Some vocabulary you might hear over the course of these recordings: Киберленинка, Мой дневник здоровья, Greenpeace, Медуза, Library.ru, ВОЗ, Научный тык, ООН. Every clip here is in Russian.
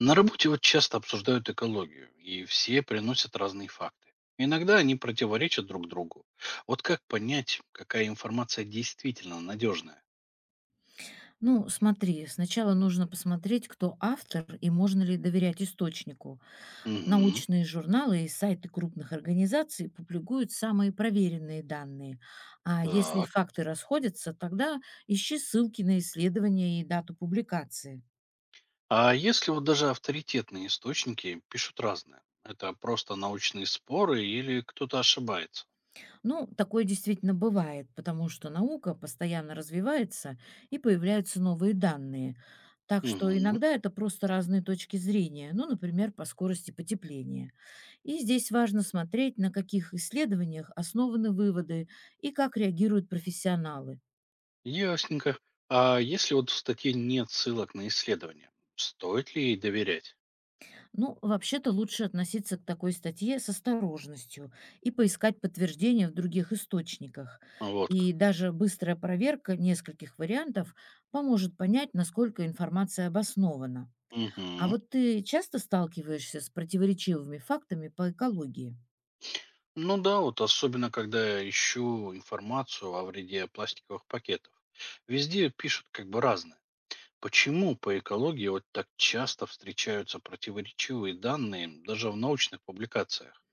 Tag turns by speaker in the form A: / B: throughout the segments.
A: На работе вот часто обсуждают экологию, и все приносят разные факты. Иногда они противоречат друг другу. Вот как понять, какая информация действительно надежная?
B: Ну, смотри, сначала нужно посмотреть, кто автор и можно ли доверять источнику.
A: Угу,
B: Научные журналы и сайты крупных организаций публикуют самые проверенные данные. А если
A: так.
B: факты расходятся, тогда ищи ссылки на исследования и дату публикации.
A: А если вот даже авторитетные источники пишут разное? Это просто научные споры или кто-то ошибается?
B: Ну, такое действительно бывает, потому что наука постоянно развивается и появляются новые данные. Так что
A: Угу,
B: иногда это просто разные точки зрения, ну, например, по скорости потепления. И здесь важно смотреть, на каких исследованиях основаны выводы и как реагируют профессионалы.
A: ясненько. А если вот в статье нет ссылок на исследования, стоит ли ей доверять?
B: Ну, вообще-то лучше относиться к такой статье с осторожностью и поискать подтверждения в других источниках.
A: Вот как.
B: И даже быстрая проверка нескольких вариантов поможет понять, насколько информация обоснована. А
A: Угу.
B: вот ты часто сталкиваешься с противоречивыми фактами по экологии?
A: Ну да, вот особенно когда я ищу информацию о вреде пластиковых пакетов. Везде пишут как бы разное. Почему по экологии вот так часто встречаются противоречивые данные даже в научных публикациях?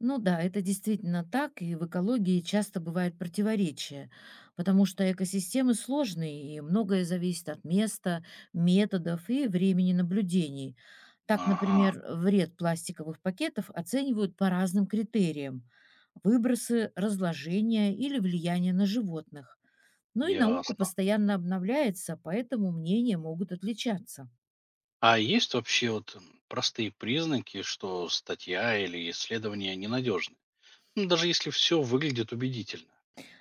B: Ну да, это действительно так, и в экологии часто бывает противоречие, потому что экосистемы сложные, и многое зависит от места, методов и времени наблюдений. Так,
A: Ага,
B: например, вред пластиковых пакетов оценивают по разным критериям — выбросы, разложение или влияние на животных. Ну и наука
A: ясно.
B: постоянно обновляется, поэтому мнения могут отличаться.
A: А есть вообще вот простые признаки, что статья или исследование ненадежны? Ну, даже если все выглядит убедительно.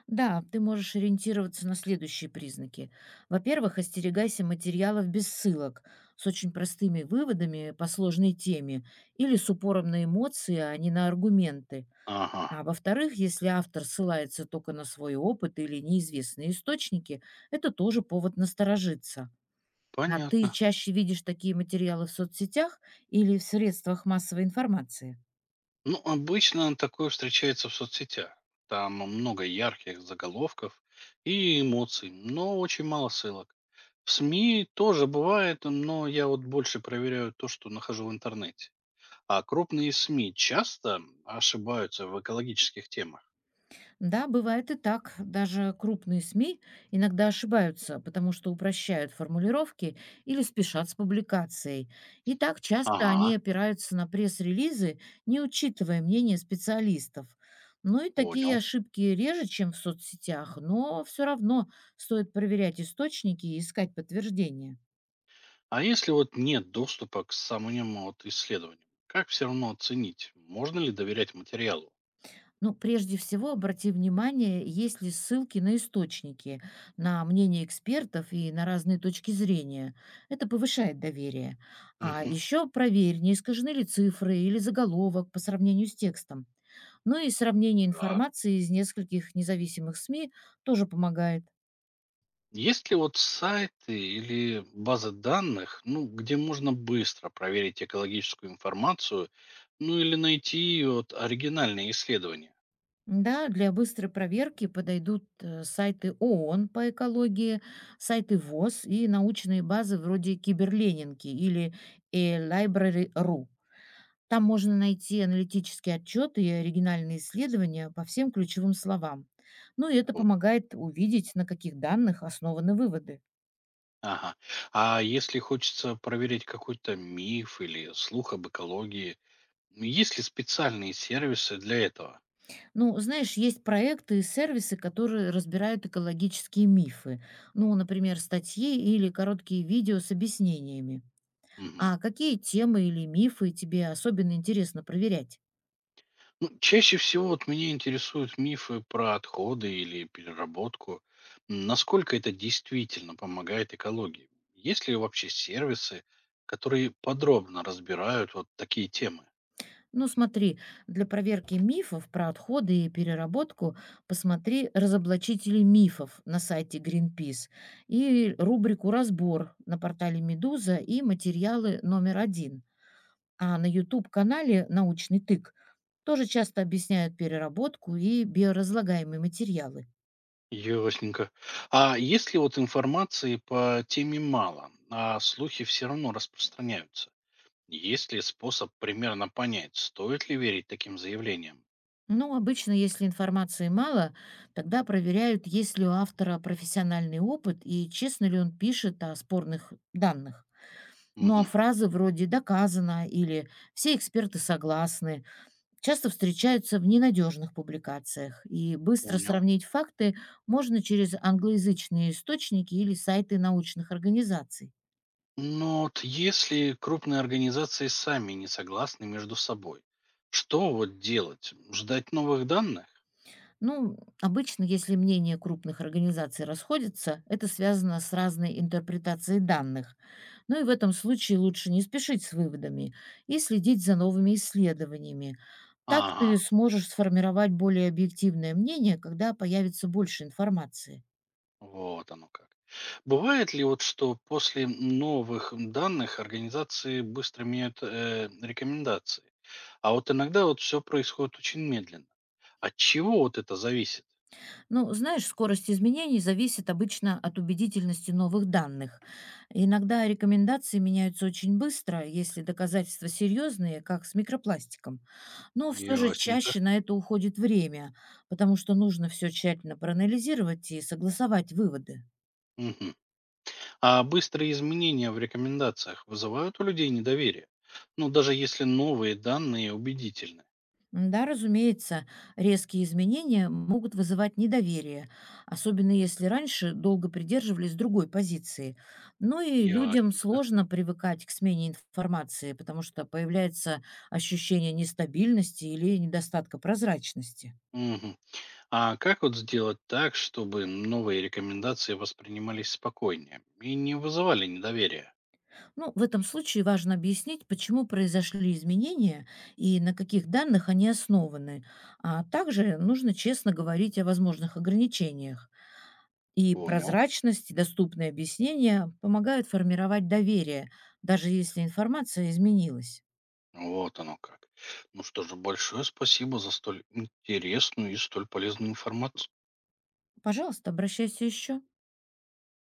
B: Да, ты можешь ориентироваться на следующие признаки. Во-первых, остерегайся материалов без ссылок, с очень простыми выводами по сложной теме или с упором на эмоции, а не на аргументы.
A: Ага,
B: А во-вторых, если автор ссылается только на свой опыт или неизвестные источники, это тоже повод насторожиться. А ты
A: понятно.
B: чаще видишь такие материалы в соцсетях или в средствах массовой информации?
A: Ну, обычно такое встречается в соцсетях. Там много ярких заголовков и эмоций, но очень мало ссылок. В СМИ тоже бывает, но я вот больше проверяю то, что нахожу в интернете. А крупные СМИ часто ошибаются в экологических темах.
B: Да, бывает и так. Даже крупные СМИ иногда ошибаются, потому что упрощают формулировки или спешат с публикацией. И так часто они
A: Ага,
B: опираются на пресс-релизы, не учитывая мнение специалистов. Ну и такие
A: понял.
B: ошибки реже, чем в соцсетях, но все равно стоит проверять источники и искать подтверждения.
A: А если вот нет доступа к самым вот исследованиям, как все равно оценить, можно ли доверять материалу?
B: Ну, прежде всего, обрати внимание, есть ли ссылки на источники, на мнение экспертов и на разные точки зрения. Это повышает доверие. А
A: Угу,
B: еще проверь, не искажены ли цифры или заголовок по сравнению с текстом. Ну и сравнение
A: так.
B: информации из нескольких независимых СМИ тоже помогает.
A: Есть ли вот сайты или базы данных, ну, где можно быстро проверить экологическую информацию, ну или найти вот оригинальные исследования?
B: Да, для быстрой проверки подойдут сайты ООН по экологии, сайты ВОЗ и научные базы вроде Киберленинки или Library.ru. Там можно найти аналитические отчеты и оригинальные исследования по всем ключевым словам. Ну и это
A: О,
B: помогает увидеть, на каких данных основаны выводы.
A: ага. А если хочется проверить какой-то миф или слух об экологии, есть ли специальные сервисы для этого?
B: Ну, знаешь, есть проекты и сервисы, которые разбирают экологические мифы. Ну, например, статьи или короткие видео с объяснениями.
A: Мгм.
B: А какие темы или мифы тебе особенно интересно проверять?
A: Ну, чаще всего вот меня интересуют мифы про отходы или переработку. Насколько это действительно помогает экологии? Есть ли вообще сервисы, которые подробно разбирают вот такие темы?
B: Ну, смотри, для проверки мифов про отходы и переработку посмотри разоблачители мифов на сайте Greenpeace и рубрику «Разбор» на портале «Медуза» и материалы номер один. А на YouTube-канале «Научный тык» тоже часто объясняют переработку и биоразлагаемые материалы.
A: Ясненько. А если вот информации по теме мало, а слухи все равно распространяются? Есть ли способ примерно понять, стоит ли верить таким заявлениям?
B: Ну обычно, если информации мало, тогда проверяют, есть ли у автора профессиональный опыт и честно ли он пишет о спорных данных. Ну, а
A: Мгм,
B: фразы вроде «доказано» или «все эксперты согласны» часто встречаются в ненадежных публикациях, и быстро
A: понял.
B: сравнить факты можно через англоязычные источники или сайты научных организаций.
A: Но вот если крупные организации сами не согласны между собой, что вот делать? Ждать новых данных?
B: Ну, обычно, если мнения крупных организаций расходятся, это связано с разной интерпретацией данных. Ну и в этом случае лучше не спешить с выводами и следить за новыми исследованиями. Так
A: Ага,
B: ты сможешь сформировать более объективное мнение, когда появится больше информации.
A: вот оно как. Бывает ли вот, что после новых данных организации быстро меняют рекомендации? А вот иногда вот все происходит очень медленно. От чего вот это зависит?
B: Ну, знаешь, скорость изменений зависит обычно от убедительности новых данных. Иногда рекомендации меняются очень быстро, если доказательства серьезные, как с микропластиком. Но все же
A: Ясненько.
B: чаще на это уходит время, потому что нужно все тщательно проанализировать и согласовать выводы.
A: Мгм. А быстрые изменения в рекомендациях вызывают у людей недоверие? Ну, даже если новые данные убедительны.
B: Да, разумеется, резкие изменения могут вызывать недоверие, особенно если раньше долго придерживались другой позиции. Ну и людям
A: Ясненько.
B: сложно привыкать к смене информации, потому что появляется ощущение нестабильности или недостатка прозрачности.
A: Мгм. А как вот сделать так, чтобы новые рекомендации воспринимались спокойнее и не вызывали недоверия?
B: Ну, в этом случае важно объяснить, почему произошли изменения и на каких данных они основаны. А также нужно честно говорить о возможных ограничениях. И
A: Понял.
B: прозрачность, и доступные объяснения помогают формировать доверие, даже если информация изменилась.
A: Вот оно как. Ну что же, большое спасибо за столь интересную и столь полезную информацию.
B: Пожалуйста, обращайся еще.